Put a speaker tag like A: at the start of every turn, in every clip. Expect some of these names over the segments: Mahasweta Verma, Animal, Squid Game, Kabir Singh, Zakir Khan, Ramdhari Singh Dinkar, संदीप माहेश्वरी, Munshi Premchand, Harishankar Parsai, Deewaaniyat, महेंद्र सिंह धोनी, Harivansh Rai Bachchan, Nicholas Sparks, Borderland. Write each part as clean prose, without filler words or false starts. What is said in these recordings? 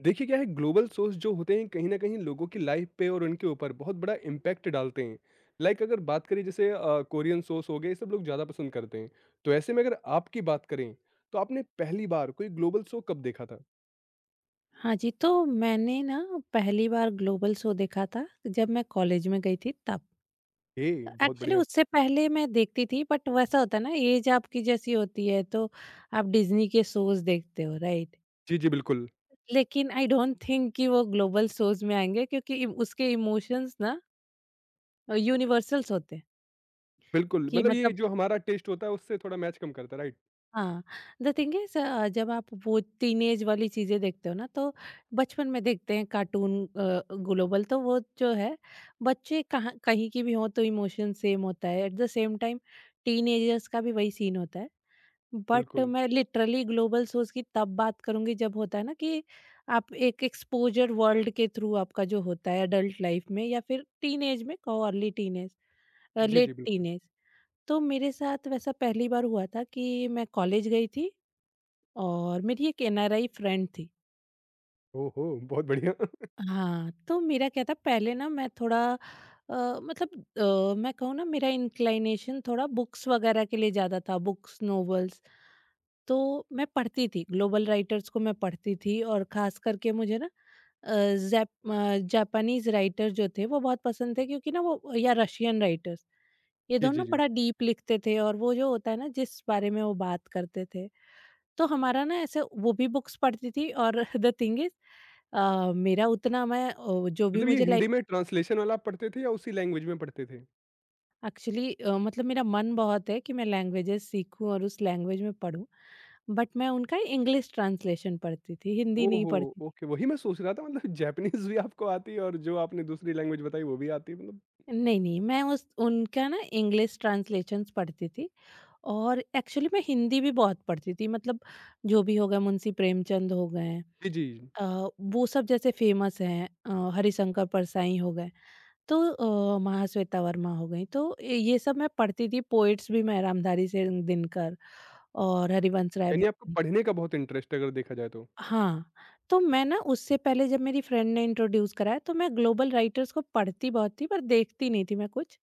A: देखिए क्या है, global source जो होते हैं कहीं ना कहीं लोगों की लाइफ पे और उनके ऊपर बहुत बड़ा इम्पैक्ट डालते हैं। लाइक अगर बात करें, जैसे कोरियन सोर्स हो गए, ये सब लोग ज़्यादा पसंद करते हैं। तो ऐसे में अगर आपकी बात करें, तो आपने पहली बार कोई ग्लोबल शो कब देखा था?
B: हाँ जी, तो मैंने ना पहली बार ग्लोबल शो देखा था जब मैं कॉलेज में गई थी तब।
A: ए, बहुत
B: एक्चुअली
A: बढ़िया।
B: उससे पहले मैं देखती थी बट वैसा होता है ना ऐज आपकी जैसी होती है तो आप डिज़्नी के शोज़ देखते हो राइट?
A: जी जी बिल्कुल।
B: लेकिन आई डोंट थिंक कि वो ग्लोबल शोज़ में आएँगे क्योंकि इम उसके इमोशंस ना यूनिवर्सल्स होते हैं।
A: बिल्कुल,
B: कि
A: मतलब ये
B: मतलब
A: जो हमारा टेस्ट होता है उससे थोड़ा मैच कम करता है, राइट।
B: हाँ, द थिंग इज़ जब आप वो टीनेज वाली चीज़ें देखते हो ना तो बचपन में देखते हैं कार्टून। ग्लोबल तो वो जो है बच्चे कहाँ कहीं की भी हों तो इमोशन सेम होता है। At the same time teenagers का भी वही सीन होता है। बट
A: बिल्कुल।
B: मैं लिटरली ग्लोबल सोच की तब बात करूँगी जब होता है ना कि आप एक एक्सपोज़र वर्ल्ड के थ्रू आपका जो होता है एडल्ट लाइफ़ में या फिर टीनेज में कहो अर्ली टीनेज,
A: जी जी
B: लेट
A: बिल्कुल।
B: टीनेज। तो मेरे साथ वैसा पहली बार हुआ था कि मैं कॉलेज गई थी और मेरी एक एनआरआई फ्रेंड थी।
A: ओहो, बहुत बढ़िया।
B: हाँ, तो मेरा क्या था पहले ना मैं थोड़ा मतलब मैं कहूँ ना मेरा इंक्लिनेशन थोड़ा बुक्स वगैरह के लिए ज़्यादा था, बुक्स, नॉवेल्स। तो मैं पढ़ती थी, ग्लोबल राइटर्स को मैं पढ़ती थी और ख़ास करके मुझे ना जापानीज़ राइटर जो थे वो बहुत पसंद थे, क्योंकि ना वो या रशियन राइटर्स, ये
A: जी जी
B: दोनों
A: जी।
B: बड़ा डीप लिखते थे और वो जो होता है ना जिस बारे में वो बात करते थे, तो हमारा ना ऐसे वो भी बुक्स पढ़ती थी। और द थिंग इज़ मेरा उतना मैं जो भी
A: मतलब ये
B: मुझे लाइ
A: हिंदी में ट्रांसलेशन वाला आप पढ़ते थे या उसी लैंग्वेज में पढ़ते थे?
B: एक्चुअली मतलब मेरा मन बहुत है कि मैं लैंग्वेजेस सीखूं और उस लैंग्वेज में पढूं। बट मैं उनका इंग्लिश ट्रांसलेशन पढ़ती थी, हिंदी नहीं
A: ओहो!
B: पढ़ती थी।
A: ओके, वही मैं सोच रहा था, मतलब जैपनीज़ भी आपको आती है और जो आपने दूसरी लैंग्वेज बताई वो भी आती है, मतलब।
B: नहीं नहीं, मैं उस उनका ना इंग्लिश ट्रांसलेशंस पढ़ती थी। और एक्चुअली मैं हिंदी भी बहुत पढ़ती थी, मतलब जो भी हो गया मुंशी प्रेमचंद हो गए,
A: जी, जी।
B: वो सब जैसे फेमस हैं, हरिशंकर परसाई हो गए, तो महाश्वेता वर्मा हो गई। तो ये सब मैं पढ़ती थी, पोइट्स भी मैं रामधारी सिंह दिनकर और हरिवंश राय
A: यानी आपको
B: बच्चन।
A: पढ़ने का बहुत इंटरेस्ट है अगर देखा जाए तो।
B: हाँ, तो मैं ना उससे पहले जब मेरी फ्रेंड ने इंट्रोड्यूस कराया, तो मैं ग्लोबल राइटर्स को पढ़ती बहुत थी पर देखती नहीं थी मैं कुछ।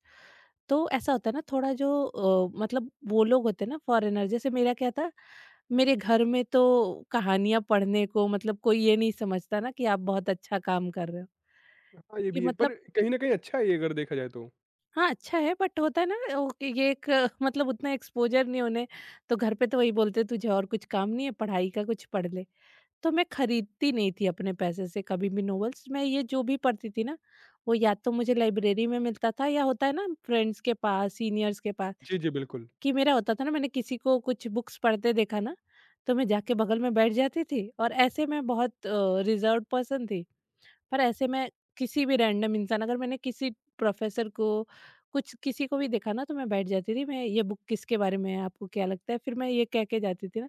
B: तो ऐसा होता है ना थोड़ा जो मतलब वो लोग होते हैं ना फॉरेनर, जैसे मेरा क्या था, मेरे घर में तो कहानियाँ पढ़ने को मतलब कोई ये नहीं समझता ना कि आप बहुत अच्छा काम कर रहे हो।
A: हाँ, ये
B: ये
A: भी है,
B: मतलब
A: पर कहीं न कहीं अच्छा है ये अगर देखा जाए तो।
B: हाँ, अच्छा है बट होता है ना ओ कि ये एक मतलब उतना एक्सपोज़र नहीं होने। तो घर पे तो वही बोलते हैं तुझे और कुछ काम नहीं है, पढ़ाई का कुछ पढ़ ले। तो मैं खरीदती नहीं थी अपने पैसे से कभी भी नॉवेल्स, मैं ये जो भी पढ़ती थी ना वो या तो मुझे लाइब्रेरी में मिलता था, या होता है ना फ्रेंड्स के पास सीनियर्स के पास।
A: जी, जी, बिल्कुल।
B: कि मेरा होता था ना मैंने किसी को कुछ बुक्स पढ़ते देखा ना, तो मैं जाके बगल में बैठ जाती थी। और ऐसे मैं बहुत रिजर्व पर्सन थी, पर ऐसे में किसी भी रैंडम इंसान, अगर मैंने किसी प्रोफेसर को, कुछ किसी को भी देखा ना, तो मैं बैठ जाती थी। मैं ये बुक किसके बारे में है, आपको क्या लगता है? फिर मैं ये कह के जाती थी ना,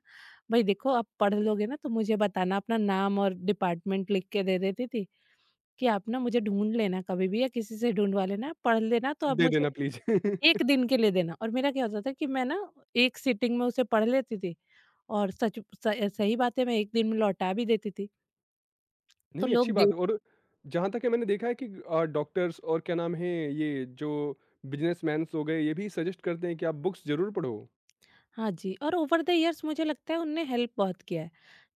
B: भाई देखो आप पढ़ लोगे ना तो मुझे बताना। अपना नाम और डिपार्टमेंट लिख के दे देती थी कि आप ना मुझे ढूंढ लेना कभी भी, या किसी से ढूंढवा लेना, पढ़ लेना तो आप
A: दे
B: मुझे
A: देना प्लीज़।
B: एक दिन के लिए देना। और मेरा क्या होता था कि मैं ना एक सिटिंग में उसे पढ़ लेती थी। और सच सही बात है, मैं एक दिन में लौटा भी देती थी। तो
A: नहीं, अच्छी
B: लोग
A: बात है। और जहाँ तक है, मैंने देखा है कि डॉक्टर्स, और क्या नाम है, ये जो बिज़नेसमैन्स हो गए, ये भी सजेस्ट करते हैं कि आप बुक्स ज़रूर पढ़ो।
B: हाँ जी, और ओवर द ईयर्स मुझे लगता है उनने हेल्प बहुत किया है।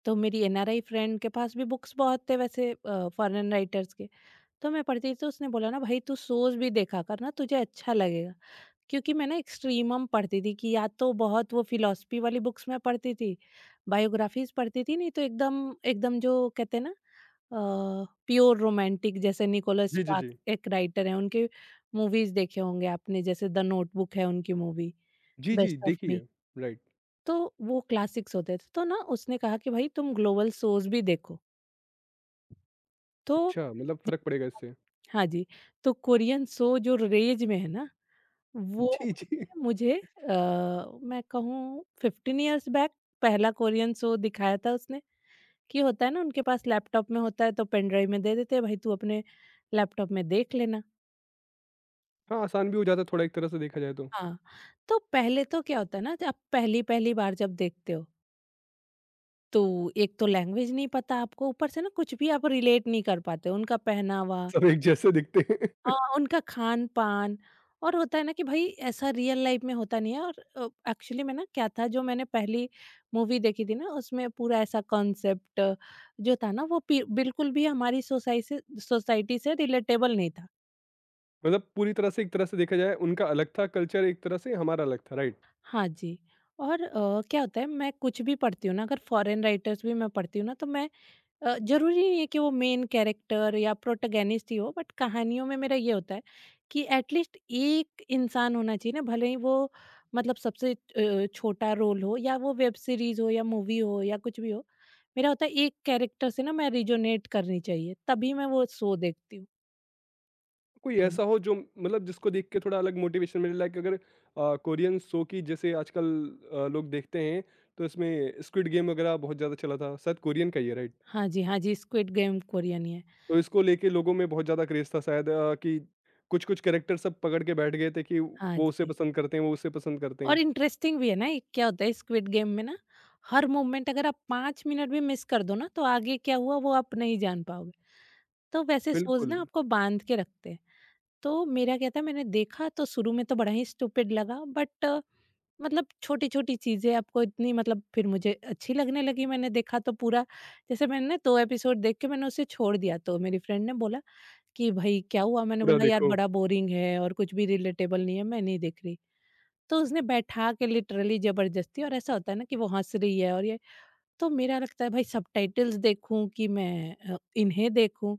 B: तो मेरी एनआरआई फ्रेंड के पास भी बुक्स बहुत थे, वैसे फॉरेन राइटर्स के। तो मैं पढ़ती थी, तो उसने बोला ना भाई तू शोज़ भी देखा कर ना तुझे अच्छा लगेगा। क्योंकि मैं ना एक्सट्रीमम पढ़ती थी कि या तो बहुत वो फिलॉसफी वाली बुक्स मैं पढ़ती थी, बायोग्राफीज़ पढ़ती थी, नहीं तो एकदम एकदम जो कहते हैं ना अ, प्योर रोमांटिक, जैसे निकोलस
A: जी, जी, जी।
B: स्पार्क्स एक राइटर हैं, उनके मूवीज़ देखे होंगे आपने, जैसे द नोटबुक है उनकी मूवी,
A: जी, जी,
B: बेस्ट ऑफ मी।
A: देखिए। राइट।
B: तो वो क्लासिक्स होते थे। तो ना उसने कहा कि भाई तुम ग्लोबल शोज़ भी देखो। तो
A: अच्छा, मतलब
B: ज
A: फ़र्क पड़ेगा इससे।
B: हाँ जी, तो कोरियन शो जो रेज में है ना, वो
A: जी, जी।
B: उसने मुझे, मैं कहूँ 15 इयर्स बैक पहला कोरियन शो दिखाया था उसने। कि होता है ना उनके पास लैपटॉप में होता है तो पेन ड्राइव में दे देते हैं भाई तू अपने लैपटॉप में देख लेना।
A: हाँ, आसान भी हो जाता है थोड़ा एक तरह से देखा जाए तो।
B: हाँ, तो पहले तो क्या होता है ना, आप पहली-पहली बार जब देखते हो तो एक तो लैंग्वेज नहीं पता आपको, ऊपर से ना कुछ भी आप रिलेट नहीं कर पाते हो, उनका पहनावा
A: सब एक जैसे दिखते हैं।
B: हाँ, उनका खान-पान। और होता है ना कि भई ऐसा रियल लाइफ़ में होता नहीं है। और एक्चुअली में ना क्या था, जो मैंने पहली मूवी देखी थी ना, उसमें पूरा ऐसा कॉन्सेप्ट जो था ना वो पि बिल्कुल भी हमारी सोसाइटी से रिलेटेबल नहीं था।
A: मतलब पूरी तरह से, एक तरह से देखा जाए उनका अलग था कल्चर, एक तरह से हमारा अलग था, राइट।
B: हाँ जी, और क्या होता है मैं कुछ भी पढ़ती हूँ ना, अगर फ़ॉरेन राइटर्स भी मैं पढ़ती हूँ ना तो मैं, जरूरी नहीं है कि वो मेन कैरेक्टर या प्रोटोगेनिस्ट ही हो, बट कहानियों में मेरा ये होता है कि एटलीस्ट एक इंसान होना चाहिए ना, भले ही वो मतलब सबसे छोटा रोल हो, या वो वेब सीरीज हो या मूवी हो या कुछ भी हो, मेरा होता है एक कैरेक्टर से ना मैं रिजोनेट करनी चाहिए, तभी मैं वो शो देखती हूँ।
A: कोई
B: तो
A: ऐसा हो जो, मतलब जिसको देख के थोड़ा अलग मोटिवेशन मिले। लाइक अगर कोरियन शो की, जैसे आजकल लोग देखते हैं, तो इसमें स्क्विड गेम वगैरह बहुत ज़्यादा चला था, शायद कोरियन का ही है, राइट।
B: हाँ जी हाँ जी, स्क्विड गेम कोरियन ही है।
A: तो इसको लेके लोगों में बहुत ज़्यादा क्रेज था शायद, कि कुछ कुछ कैरेक्टर सब पकड़ के बैठ गए थे कि
B: हाँ
A: वो उसे
B: जी,
A: पसंद करते हैं, वो उसे पसंद करते
B: और
A: हैं।
B: इंटरेस्टिंग भी है ना ये, क्या होता है स्क्विड गेम में ना, हर मोमेंट अगर आप पाँच मिनट भी मिस कर दो ना तो आगे क्या हुआ वो आप नहीं जान पाओगे। तो वैसे सोच
A: बिल्कुल।
B: ना आपको बांध के रखते हैं। तो मेरा क्या था मैंने देखा तो शुरू में तो बड़ा ही स्टूपिड लगा, बट मतलब छोटी-छोटी चीज़ें आपको इतनी मतलब फिर मुझे अच्छी लगने लगी। मैंने देखा तो पूरा, जैसे मैंने ना 2 एपिसोड देख के मैंने उसे छोड़ दिया, तो मेरी फ्रेंड ने बोला कि भई क्या हुआ? मैंने
A: पूरा
B: बोला यार
A: देखो।
B: बड़ा बोरिंग है और कुछ भी रिलेटेबल नहीं है, मैं नहीं देख रही। तो उसने बैठा के लिटरली ज़बरदस्ती, और ऐसा होता है ना कि वो हँस रही है और ये तो मेरा लगता है भाई सबटाइटल्स देखूँ कि मैं इन्हें देखूँ?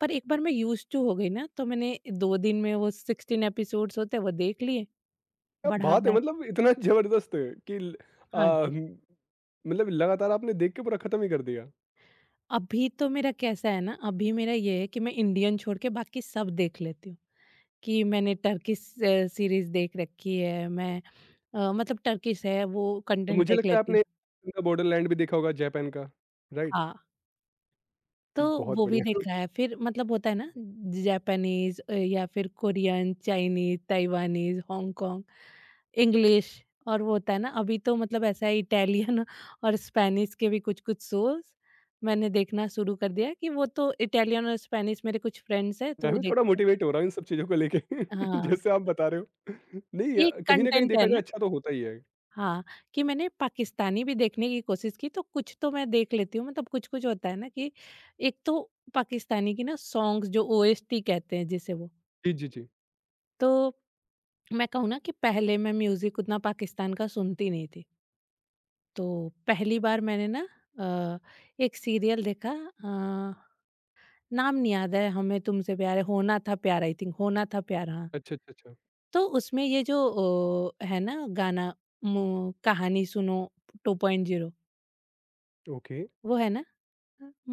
B: पर एक बार मैं यूज़ टू हो गई ना, तो मैंने 2 दिन में वो 16 एपिसोड्स होते हैं वो देख लिए,
A: क्या बात है!
B: बढ़ा-बढ़ा के
A: मतलब इतना ज़बरदस्त कि
B: हाँ जी।
A: अ, मतलब लगातार आपने देख के पूरा खत्म ही कर दिया।
B: अभी तो मेरा कैसा है ना, अभी मेरा ये है कि मैं इंडियन छोड़ के बाकी सब देख लेती हूँ, कि मैंने टर्किश सीरीज़ देख रखी है, मैं मतलब टर्किश है वो
A: तो
B: कंटेंट
A: मुझे
B: देख
A: लगता है
B: लेती हूँ।
A: आपने बॉर्डरलैंड भी देखा होगा जापान का, राइट?
B: हाँ, तो
A: बहुत
B: वो भी
A: बढ़िया।
B: देखा है। फिर मतलब होता है ना जापानीज़, या फिर Korean, Chinese, Taiwanese, Hong Kong, English, और वो होता है ना अभी तो मतलब ऐसा है इटालियन और स्पेनिश के भी कुछ-कुछ शोज़ मैंने देखना शुरू कर दिया, कि वो तो इटालियन और स्पेनिश मेरे कुछ फ्रेंड्स हैं तो
A: मैं
B: वो
A: भी थोड़ा
B: देखते हैं।
A: मोटिवेट हो रहा हूँ इन सब चीज़ों को लेके
B: हाँ,
A: जैसे आप बता रहे हो। नहीं
B: ये
A: कहीं न कहीं
B: कंटेंट है
A: देखा जाए
B: ना।
A: अच्छा तो होता ही है।
B: हाँ, कि मैंने पाकिस्तानी भी देखने की कोशिश की, तो कुछ तो मैं देख लेती हूँ मतलब कुछ-कुछ होता है ना कि एक तो पाकिस्तानी की ना सॉन्ग्स जो ओएसटी कहते हैं जिसे वो,
A: जी, जी, जी।
B: तो मैं कहूँ ना कि पहले मैं म्यूज़िक उतना पाकिस्तान का सुनती नहीं थी। तो पहली बार मैंने ना अ, एक सीरियल देखा, नाम नहीं याद है, हमें तुमसे प्यार है, होना था प्यार आई थिंक, होना था प्यार हाँ।
A: अच्छा, अच्छा, अच्छा।
B: तो उसमें ये जो है ना गाना मु कहानी सुनो 2.0,
A: ओके।
B: वो है ना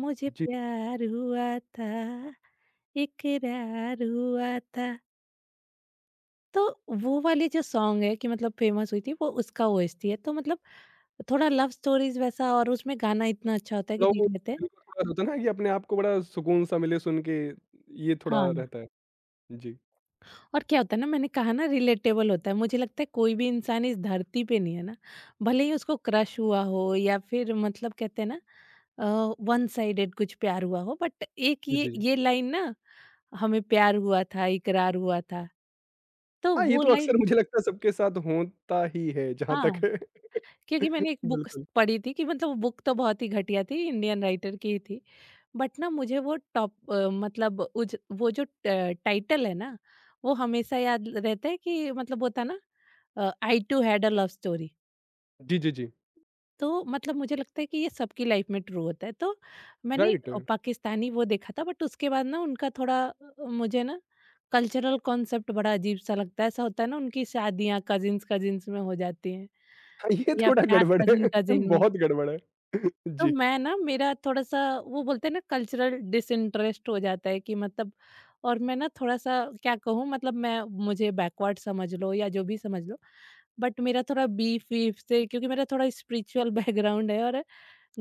B: मुझे
A: जी।
B: प्यार हुआ था, इकरार हुआ था। तो वो वाली जो सॉन्ग है कि मतलब फेमस हुई थी, वो उसका ओएसटी है। तो मतलब थोड़ा लव स्टोरीज़ वैसा, और उसमें गाना इतना अच्छा होता है कि
A: थोड़ा वो
B: देख लेते हैं।
A: दिल को थोड़ा होता है ना कि अपने आप को बड़ा सुकून सा मिले सुन के, ये थोड़ा
B: हाँ।
A: रहता है। जी।
B: और क्या होता है ना, मैंने कहा ना रिलेटेबल होता है, मुझे लगता है कोई भी इंसान इस धरती पे नहीं है ना भले ही उसको क्रश हुआ हो, या फिर मतलब कहते हैं ना वन साइडेड कुछ प्यार हुआ हो, बट एक
A: जी,
B: ये
A: जी।
B: ये लाइन ना, हमें प्यार हुआ था इकरार हुआ था, तो
A: हाँ, ये
B: वो
A: तो अक्सर
B: लाइन
A: मुझे लगता है सबके साथ होता ही है जहाँ
B: हाँ।
A: तक है।
B: क्योंकि मैंने एक
A: बिल्कुल।
B: पढ़ी थी कि मतलब वो बुक तो बहुत ही घटिया थी, इंडियन राइटर की ही थी, बट ना मुझे वो टॉप वो जो टाइटल है ना वो हमेशा याद रहता है, कि मतलब वो था ना, I too had a love story.
A: जी, जी, जी।
B: तो मतलब मुझे लगता है कि ये सबकी लाइफ में ट्रू होता है। तो मैंने
A: राइट।
B: पाकिस्तानी वो देखा था बट उसके बाद ना उनका थोड़ा मुझे ना कल्चरल कॉन्सेप्ट बड़ा अजीब सा लगता है। ऐसा होता है ना, उनकी शादियां कजिन्स कजिन्स में हो जाती हैं
A: हाँ, ये
B: या
A: थोड़ा
B: प्यार
A: गड़बड़
B: कजिन
A: है,
B: कजिन में।
A: बहुत गड़बड़ है।
B: तो
A: जी।
B: मैं ना, मेरा थोड़ा-सा वो बोलते हैं ना, कल्चरल डिसइंटरेस्ट हो जाता है कि मतलब। और मैं ना थोड़ा-सा क्या कहूँ, मतलब मैं, मुझे बैकवर्ड समझ लो या जो भी समझ लो, बट मेरा थोड़ा बीफ-वीफ से, क्योंकि मेरा थोड़ा स्पिरिचुअल बैकग्राउंड है। और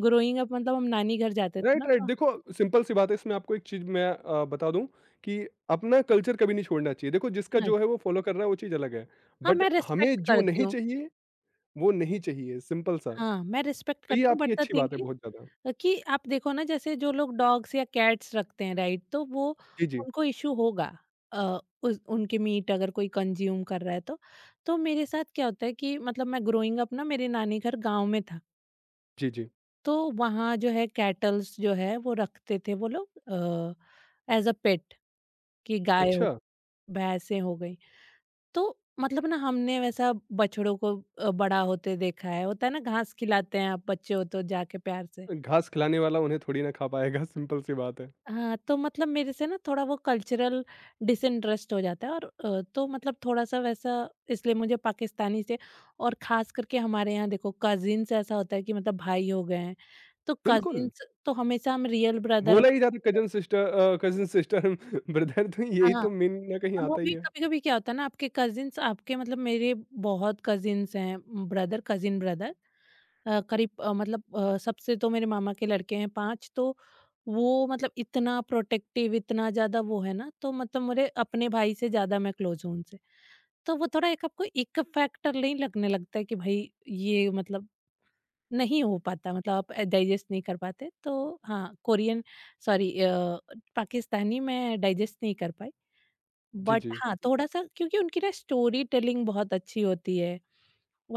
B: ग्रोइंग अप मतलब हम नानी घर जाते थे
A: राइट,
B: ना
A: राइट।
B: तो।
A: देखो, सिंपल सी बात है, इसमें आपको एक चीज़ मैं बता दूँ कि अपना कल्चर कभी नहीं छोड़ना चाहिए। देखो जिसका
B: हाँ
A: जो है
B: जी।
A: वो फ़ॉलो कर रहा है, वो चीज़ अलग है।
B: हाँ,
A: बट
B: मैं
A: हमें
B: रिस्पेक्ट
A: जो
B: करती
A: नहीं
B: हूँ।
A: चाहिए, वो नहीं चाहिए, सिंपल सा।
B: हाँ, मैं रिस्पेक्ट
A: तो ये
B: करती हूँ,
A: आपकी
B: बट द
A: अच्छी
B: थिंग
A: बात है बहुत ज़्यादा।
B: इज़ कि आप देखो ना, जैसे जो लोग डॉग्स या कैट्स रखते हैं, राइट, तो वो,
A: जी, जी।
B: उनको इश्यू होगा अ, उस उनके मीट अगर कोई कंज्यूम कर रहा है तो। तो मेरे साथ क्या होता है कि मतलब मैं ग्रोइंग अप ना, मेरे नानी घर गांव में था,
A: जी, जी।
B: तो वहाँ जो है कैटल्स जो है वो रखते थे वो लोग, एज अ पेट। कि गाय हो,
A: अच्छा।
B: भैंसें हो गई, तो मतलब ना हमने वैसा बछड़ों को बड़ा होते देखा है। होता है ना, घास खिलाते हैं आप बच्चे हो तो जाके प्यार से।
A: घास खिलाने वाला उन्हें थोड़ी ना खा पाएगा, सिंपल सी बात है।
B: हाँ, तो मतलब मेरे से ना थोड़ा वो कल्चरल डिसइंटरेस्ट हो जाता है। और तो मतलब थोड़ा-सा वैसा इसलिए मुझे पाकिस्तानी से, और ख़ास करके हमारे यहाँ देखो कज़िन्स ऐसा होता है कि मतलब भाई हो गए हैं, तो
A: बिल्कुल।
B: कज़िन्स तो हमेशा हम रियल ब्रदर
A: बोला
B: ऐसे
A: ही जाता
B: मानते हैं।
A: Cousin sister, cousin sister brother. तो यही
B: हाँ,
A: तो मेन ना कहीं
B: और वो
A: आता ही
B: भी
A: है।
B: कभी-कभी क्या होता है ना, आपके कज़िन्स आपके, मतलब मेरे बहुत कज़िन्स हैं ब्रदर, कज़िन ब्रदर। करीब मतलब सबसे तो मेरे मामा के लड़के हैं 5, तो वो मतलब इतना प्रोटेक्टिव, इतना ज़्यादा वो है ना, तो मतलब मेरे अपने भाई से ज़्यादा मैं क्लोज हूँ उनसे। तो वो थोड़ा एक आपको इक फैक्टर नहीं लगने लगता है कि भाई ये मतलब नहीं हो पाता, मतलब आप डाइजेस्ट नहीं कर पाते। तो हाँ, कोरियन, सॉरी, पाकिस्तानी मैं डाइजेस्ट नहीं कर पाई।
A: जी,
B: बट
A: जी।
B: हाँ, थोड़ा-सा, क्योंकि उनकी ना स्टोरी टेलिंग बहुत अच्छी होती है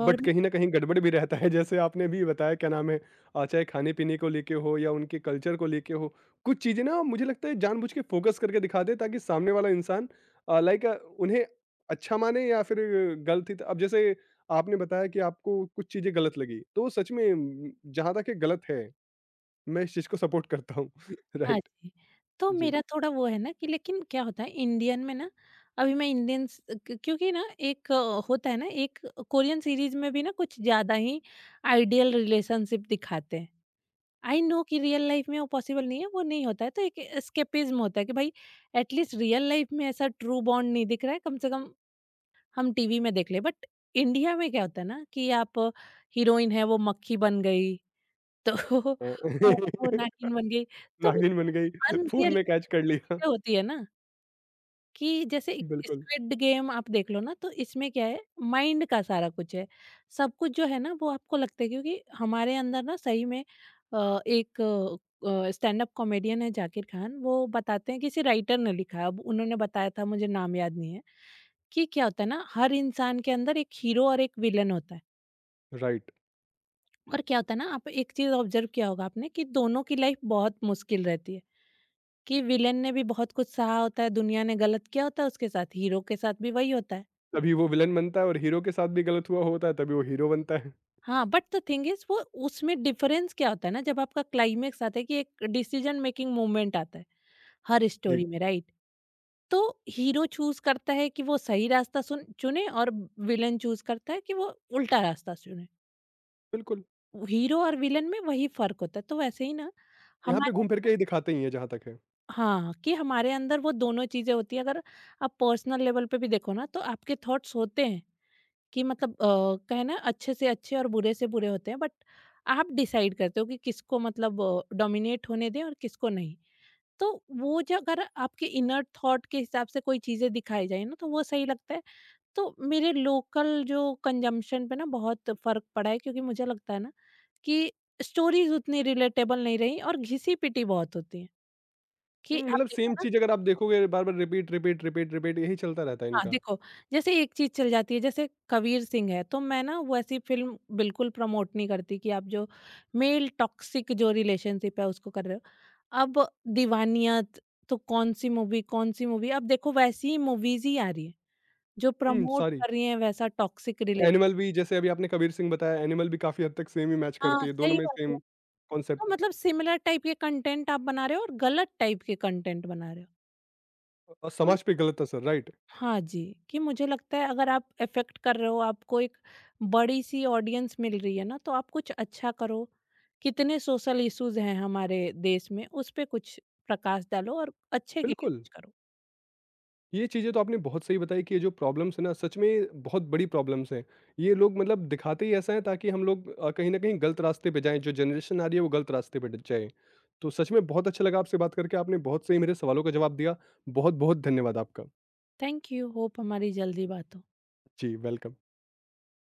B: और,
A: बट कहीं न कहीं गड़बड़ भी रहता है, जैसे आपने भी बताया क्या नाम है, चाहे खाने-पीने को लेके हो या उनके कल्चर को लेके हो, कुछ चीज़ें ना मुझे लगता है जानबूझ के फ़ोकस करके दिखा दे, ताकि सामने वाला इंसान, लाइक, उन्हें अच्छा माने या फिर गलत ही। त अब जैसे आपने बताया कि आपको कुछ चीज़ें गलत लगी, तो सच में जहाँ तक ये गलत है, मैं इस चीज़ को सपोर्ट करता हूँ।
B: हाँ
A: राइट,
B: जी, तो
A: जी।
B: मेरा थोड़ा वो है ना कि, लेकिन क्या होता है इंडियन में ना, अभी मैं इंडियन स क्यों? क्योंकि ना एक होता है ना, एक कोरियन सीरीज़ में भी ना कुछ ज़्यादा ही आइडियल रिलेशनशिप दिखाते हैं। आई नो कि रियल लाइफ़ में वो पॉसिबल नहीं है, वो नहीं होता है, तो एक एस्केपिज़्म होता है कि भाई, एटलीस्ट रियल लाइफ़ में ऐसा ट्रू बॉन्ड नहीं दिख रहा है, कम से कम हम टीवी में देख लें। बट इंडिया में क्या होता है ना कि आप, हीरोइन है वो मक्खी बन गई, तो अ, वो नागिन बन गई, तो
A: नागिन बन
B: मतलब कुछ
A: गई, फ़ोन में कैच कर
B: अनरियलिस्टिक
A: लिया।
B: चीज़ें होती है ना, कि जैसे एक
A: बिल्कुल,
B: स्क्विड गेम आप देख लो ना, तो इसमें क्या है, माइंड का सारा कुछ है। सब कुछ जो है ना, वो आपको लगता है, क्योंकि हमारे अंदर ना सही में, एक स्टैंड अप कॉमेडियन है जाकिर खान, वो बताते हैं किसी राइटर ने लिखा, अब उन्होंने बताया था मुझे नाम याद नहीं है, कि क्या होता है ना, हर इंसान के अंदर एक हीरो और एक विलेन होता है।
A: राइट।
B: और क्या होता है ना, आप एक चीज ऑब्जर्व किया होगा आपने कि दोनों की लाइफ बहुत मुश्किल रहती है, कि विलेन ने भी बहुत कुछ सहा होता है, दुनिया ने गलत किया होता है उसके साथ, हीरो के साथ भी वही होता है।
A: तभी वो विलेन बनता है और हीरो के साथ भी गलत हुआ होता है तभी वो हीरो बनता है।
B: हाँ, बट द थिंग इज वो, उसमें डिफरेंस क्या होता है ना, जब आपका क्लाइमेक्स आता है कि एक डिसीजन मेकिंग मोमेंट आता है हर
A: जी,
B: स्टोरी में, राइट, तो हीरो चूज करता है कि वो सही रास्ता सुन चुने, और विलेन चूज करता है कि वो उल्टा रास्ता चुने।
A: बिल्कुल।
B: हीरो और विलेन में वही फर्क होता है, तो वैसे ही ना
A: यहाँ पे
B: हमारे,
A: घूम फिर के ही दिखाते ही हैं जहाँ तक है।
B: हाँ, कि हमारे अंदर वो दोनों चीज़ें होती हैं। अगर आप पर्सनल लेवल पे भी देखो ना, तो आपके थॉट्स होते हैं कि मतलब, क्या है ना, अच्छे से अच्छे और बुरे से बुरे होते हैं, बट आप डिसाइड करते हो कि किसको मतलब डोमिनेट होने दें और किसको नहीं। तो वो जो, अगर आपके इनर थॉट के हिसाब से कोई चीज़ें दिखाई जाए ना, तो वो सही लगता है। तो मेरे लोकल जो कंजम्पशन पे ना बहुत फ़र्क पड़ा है, क्योंकि मुझे लगता है ना कि स्टोरीज़ उतनी रिलेटेबल नहीं रहीं और घिसी-पिटी बहुत होती है, कि
A: हुँ,
B: आप
A: मतलब
B: देखो
A: सेम
B: ना,
A: चीज़ अगर आप देखोगे बार-बार, रिपीट, रिपीट, रिपीट, रिपीट, यही चलता रहता है
B: हाँ,
A: इनका।
B: देखो जैसे एक चीज़ चल जाती है, जैसे कबीर सिंह है, तो मैं ना वो ऐसी फ़िल्म बिल्कुल प्रमोट नहीं करती, कि आप जो मेल टॉक्सिक जो रिलेशनशिप है उसको कर रहे हो। अब दीवानियत, तो कौन-सी मूवी, कौन-सी मूवी, अब देखो वैसी मूवीज़ ही आ रही है, जो
A: हुँ,
B: प्रमोट
A: सॉरी।
B: कर रही हैं वैसा टॉक्सिक रिले,
A: एनिमल भी, जैसे अभी आपने कबीर सिंह बताया, एनिमल भी काफ़ी हद तक सेम ही मैच करती
B: हाँ,
A: है, दोनों
B: सही
A: में
B: बात है।
A: सेम
B: तो
A: कॉन्सेप्ट
B: मतलब सिमिलर टाइप के कंटेंट आप बना रहे हो और गलत टाइप के कंटेंट बना रहे हो।
A: और
B: तो
A: समाज पे गलत असर, राइट।
B: हाँ जी, कि मुझे लगता है अगर आप अफ़ेक्ट कर रहे हो, आपको एक बड़ी-सी ऑडियंस मिल रही है ना, तो आप कुछ अच्छा करो। कितने सोशल इश्यूज़ हैं हमारे देश में, उस पे कुछ प्रकाश डालो और अच्छे के लिए
A: बिल्कुल।
B: कुछ करो।
A: ये चीज़ें तो आपने बहुत सही बताई कि ये जो प्रॉब्लम्स है ना, सच में बहुत बड़ी प्रॉब्लम्स हैं। ये लोग मतलब दिखाते ही ऐसा है ताकि हम लोग कहीं न कहीं गलत रास्ते पे जाएँ, जो जनरेशन आ रही है वो गलत रास्ते पे ड जाए। तो सच में बहुत अच्छा लगा आपसे बात करके, आपने बहुत सही मेरे सवालों का जवाब दिया। बहुत-बहुत धन्यवाद आपका।
B: थैंक यू, होप हमारी जल्दी बात हो।
A: जी, वेलकम।